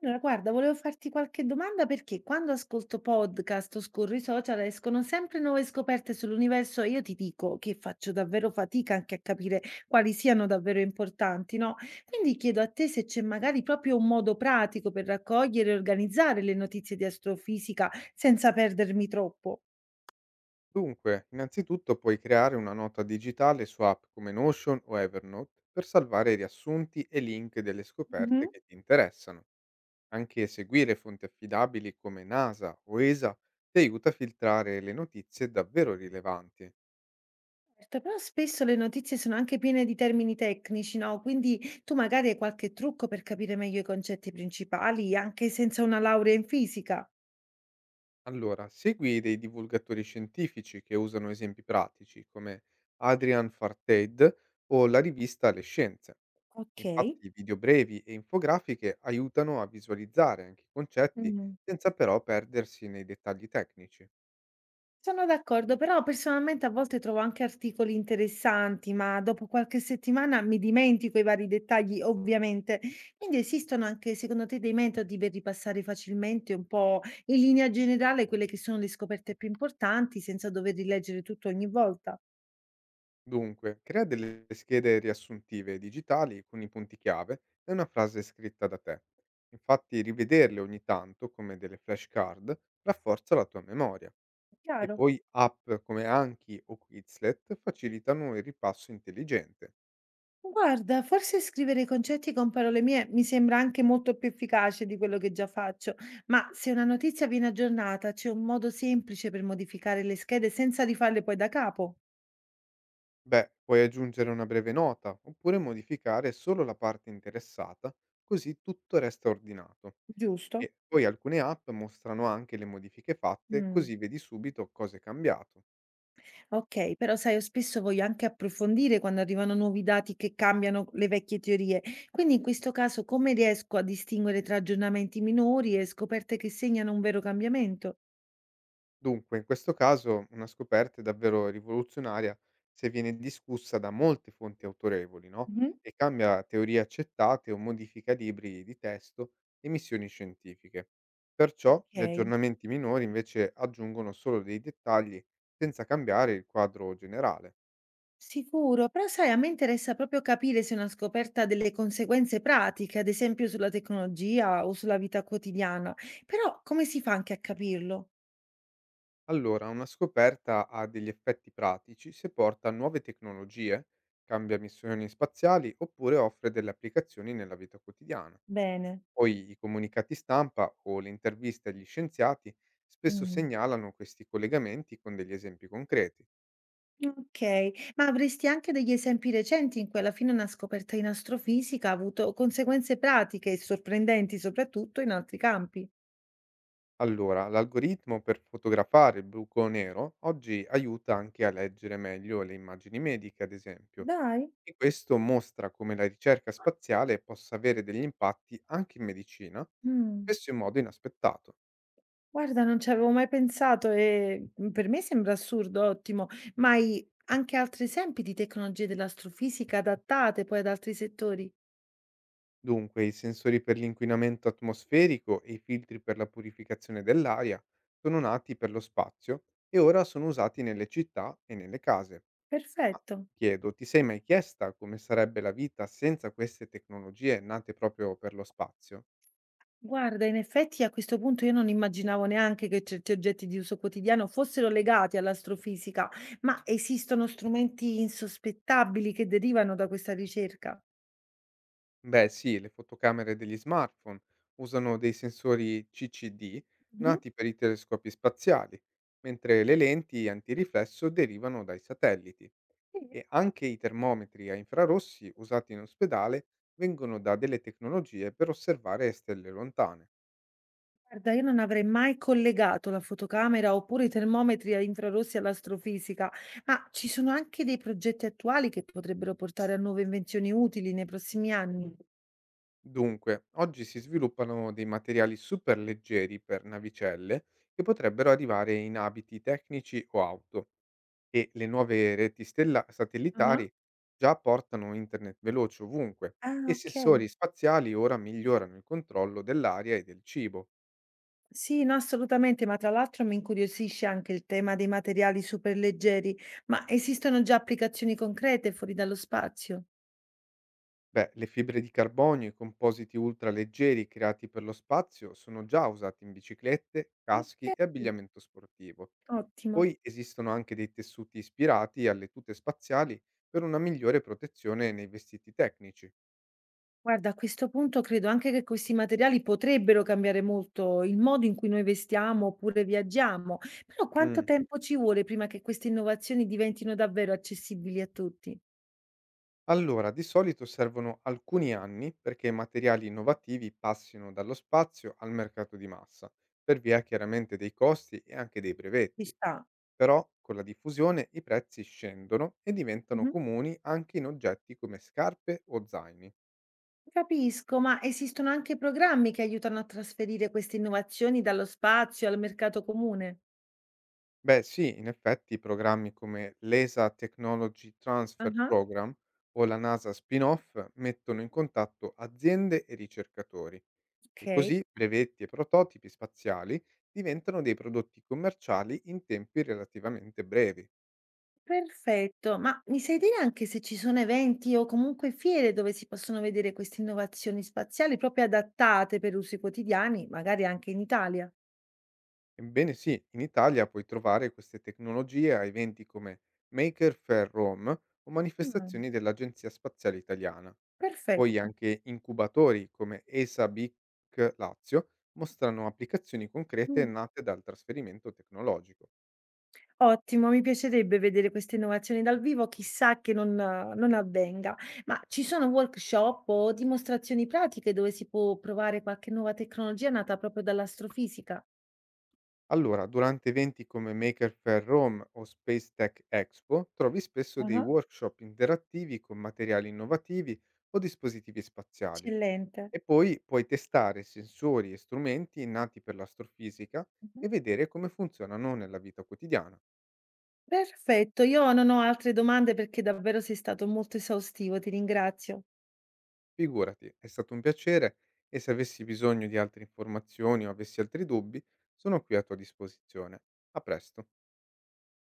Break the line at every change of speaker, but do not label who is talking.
Allora, guarda, volevo farti qualche domanda perché quando ascolto podcast o scorro i social escono sempre nuove scoperte sull'universo e io ti dico che faccio davvero fatica anche a capire quali siano davvero importanti, no? Quindi chiedo a te se c'è magari proprio un modo pratico per raccogliere e organizzare le notizie di astrofisica senza perdermi troppo.
Dunque, innanzitutto puoi creare una nota digitale su app come Notion o Evernote per salvare riassunti e link delle
Mhm.
scoperte che ti interessano. Anche seguire fonti affidabili come NASA o ESA ti aiuta a filtrare le notizie davvero rilevanti.
Certo. Però spesso le notizie sono anche piene di termini tecnici, no? Quindi tu magari hai qualche trucco per capire meglio i concetti principali, anche senza una laurea in fisica.
Allora, segui dei divulgatori scientifici che usano esempi pratici come Adrian Farteid o la rivista Le Scienze.
Okay.
Infatti video brevi e infografiche aiutano a visualizzare anche i concetti,
Mh,
senza però perdersi nei dettagli tecnici.
sono d'accordo, però personalmente a volte trovo anche articoli interessanti, ma dopo qualche settimana mi dimentico i vari dettagli, ovviamente. Quindi esistono anche secondo te dei metodi per ripassare facilmente un po' in linea generale quelle che sono le scoperte più importanti senza dover rileggere tutto ogni volta?
Dunque, crea delle schede riassuntive digitali con i punti chiave e una frase scritta da te. Infatti rivederle ogni tanto come delle flashcard rafforza la tua memoria,
È
e
chiaro?
poi app come Anki o Quizlet facilitano il ripasso intelligente.
Guarda, forse scrivere i concetti con parole mie mi sembra anche molto più efficace di quello che già faccio, ma se una notizia viene aggiornata, c'è un modo semplice per modificare le schede senza rifarle poi da capo,
Beh, puoi aggiungere una breve nota oppure modificare solo la parte interessata, così tutto resta ordinato.
giusto?
E poi alcune app mostrano anche le modifiche fatte,
Mm.
così vedi subito cosa è cambiato.
Ok, però sai, io spesso voglio anche approfondire quando arrivano nuovi dati che cambiano le vecchie teorie. Quindi in questo caso come riesco a distinguere tra aggiornamenti minori e scoperte che segnano un vero cambiamento?
Dunque, in questo caso una scoperta è davvero rivoluzionaria se viene discussa da molte fonti autorevoli, no?
Mhm.
E cambia teorie accettate o modifica libri di testo e missioni scientifiche. Perciò gli
Ok.
aggiornamenti minori invece aggiungono solo dei dettagli, senza cambiare il quadro generale.
Sicuro, però sai, a me interessa proprio capire se è una scoperta ha delle conseguenze pratiche, ad esempio sulla tecnologia o sulla vita quotidiana. Però come si fa anche a capirlo?
Allora, una scoperta ha degli effetti pratici se porta a nuove tecnologie, cambia missioni spaziali oppure offre delle applicazioni nella vita quotidiana.
Bene.
Poi i comunicati stampa o le interviste agli scienziati spesso
Mm.
segnalano questi collegamenti con degli esempi concreti.
Ok, ma avresti anche degli esempi recenti in cui alla fine una scoperta in astrofisica ha avuto conseguenze pratiche e sorprendenti, soprattutto in altri campi?
Allora, l'algoritmo per fotografare il buco nero oggi aiuta anche a leggere meglio le immagini mediche, ad esempio,
Dai.
e questo mostra come la ricerca spaziale possa avere degli impatti anche in medicina,
Mm.
spesso in modo inaspettato.
Guarda, non ci avevo mai pensato e, per me sembra assurdo, ottimo. Ma hai anche altri esempi di tecnologie dell'astrofisica adattate poi ad altri settori?
Dunque, i sensori per l'inquinamento atmosferico e i filtri per la purificazione dell'aria sono nati per lo spazio e ora sono usati nelle città e nelle case. Ma
Perfetto.
ti chiedo, ti sei mai chiesta come sarebbe la vita senza queste tecnologie nate proprio per lo spazio?
Guarda, in effetti a questo punto io non immaginavo neanche che certi oggetti di uso quotidiano fossero legati all'astrofisica, ma esistono strumenti insospettabili che derivano da questa ricerca?
Beh sì, le fotocamere degli smartphone usano dei sensori CCD
Mh-mh.
nati per i telescopi spaziali, mentre le lenti antiriflesso derivano dai satelliti,
Sì.
e anche i termometri a infrarossi usati in ospedale vengono da delle tecnologie per osservare stelle lontane.
Guarda, io non avrei mai collegato la fotocamera oppure i termometri a infrarossi all'astrofisica, ma ci sono anche dei progetti attuali che potrebbero portare a nuove invenzioni utili nei prossimi anni.
Dunque, oggi si sviluppano dei materiali superleggeri per navicelle che potrebbero arrivare in abiti tecnici o auto. E le nuove reti stella
Ah.
satellitari già portano internet veloce ovunque,
Ah,
e
ok.
sensori spaziali ora migliorano il controllo dell'aria e del cibo.
Sì, no, assolutamente, ma tra l'altro mi incuriosisce anche il tema dei materiali superleggeri, ma esistono già applicazioni concrete fuori dallo spazio?
Beh, le fibre di carbonio e i compositi ultraleggeri creati per lo spazio sono già usati in biciclette,
Ok,
caschi e abbigliamento sportivo.
ottimo.
Poi esistono anche dei tessuti ispirati alle tute spaziali per una migliore protezione nei vestiti tecnici.
Guarda, a questo punto credo anche che questi materiali potrebbero cambiare molto il modo in cui noi vestiamo oppure viaggiamo, però quanto
Mm.
tempo ci vuole prima che queste innovazioni diventino davvero accessibili a tutti?
Allora, di solito servono alcuni anni perché i materiali innovativi passino dallo spazio al mercato di massa, per via chiaramente dei costi e anche dei
Ci
brevetti.
sta.
Però con la diffusione i prezzi scendono e diventano
Mhm.
comuni anche in oggetti come scarpe o zaini.
Capisco, ma esistono anche programmi che aiutano a trasferire queste innovazioni dallo spazio al mercato comune?
Beh sì, in effetti programmi come l'ESA Technology Transfer
Ah.
Program o la NASA Spin-off mettono in contatto aziende e ricercatori. E
Ok.
così brevetti e prototipi spaziali diventano dei prodotti commerciali in tempi relativamente brevi.
Perfetto, ma mi sai dire anche se ci sono eventi o comunque fiere dove si possono vedere queste innovazioni spaziali proprio adattate per usi quotidiani, magari anche in Italia?
Ebbene sì, in Italia puoi trovare queste tecnologie a eventi come Maker Fair Rome o
Ah,
manifestazioni dell'Agenzia Spaziale Italiana. Poi
perfetto.
anche incubatori come ESA BIC Lazio mostrano applicazioni concrete
Mm.
nate dal trasferimento tecnologico.
Ottimo, mi piacerebbe vedere queste innovazioni dal vivo, chissà che non, non avvenga. Ma ci sono workshop o dimostrazioni pratiche dove si può provare qualche nuova tecnologia nata proprio dall'astrofisica?
Allora, durante eventi come Maker Faire Rome o Space Tech Expo, trovi spesso dei
Ah.
workshop interattivi con materiali innovativi o dispositivi spaziali.
Eccellente.
E poi puoi testare sensori e strumenti nati per l'astrofisica
Mhm.
e vedere come funzionano nella vita quotidiana.
Perfetto, io non ho altre domande perché davvero sei stato molto esaustivo, ti ringrazio.
Figurati, è stato un piacere, e se avessi bisogno di altre informazioni o avessi altri dubbi, sono qui a tua disposizione. A presto.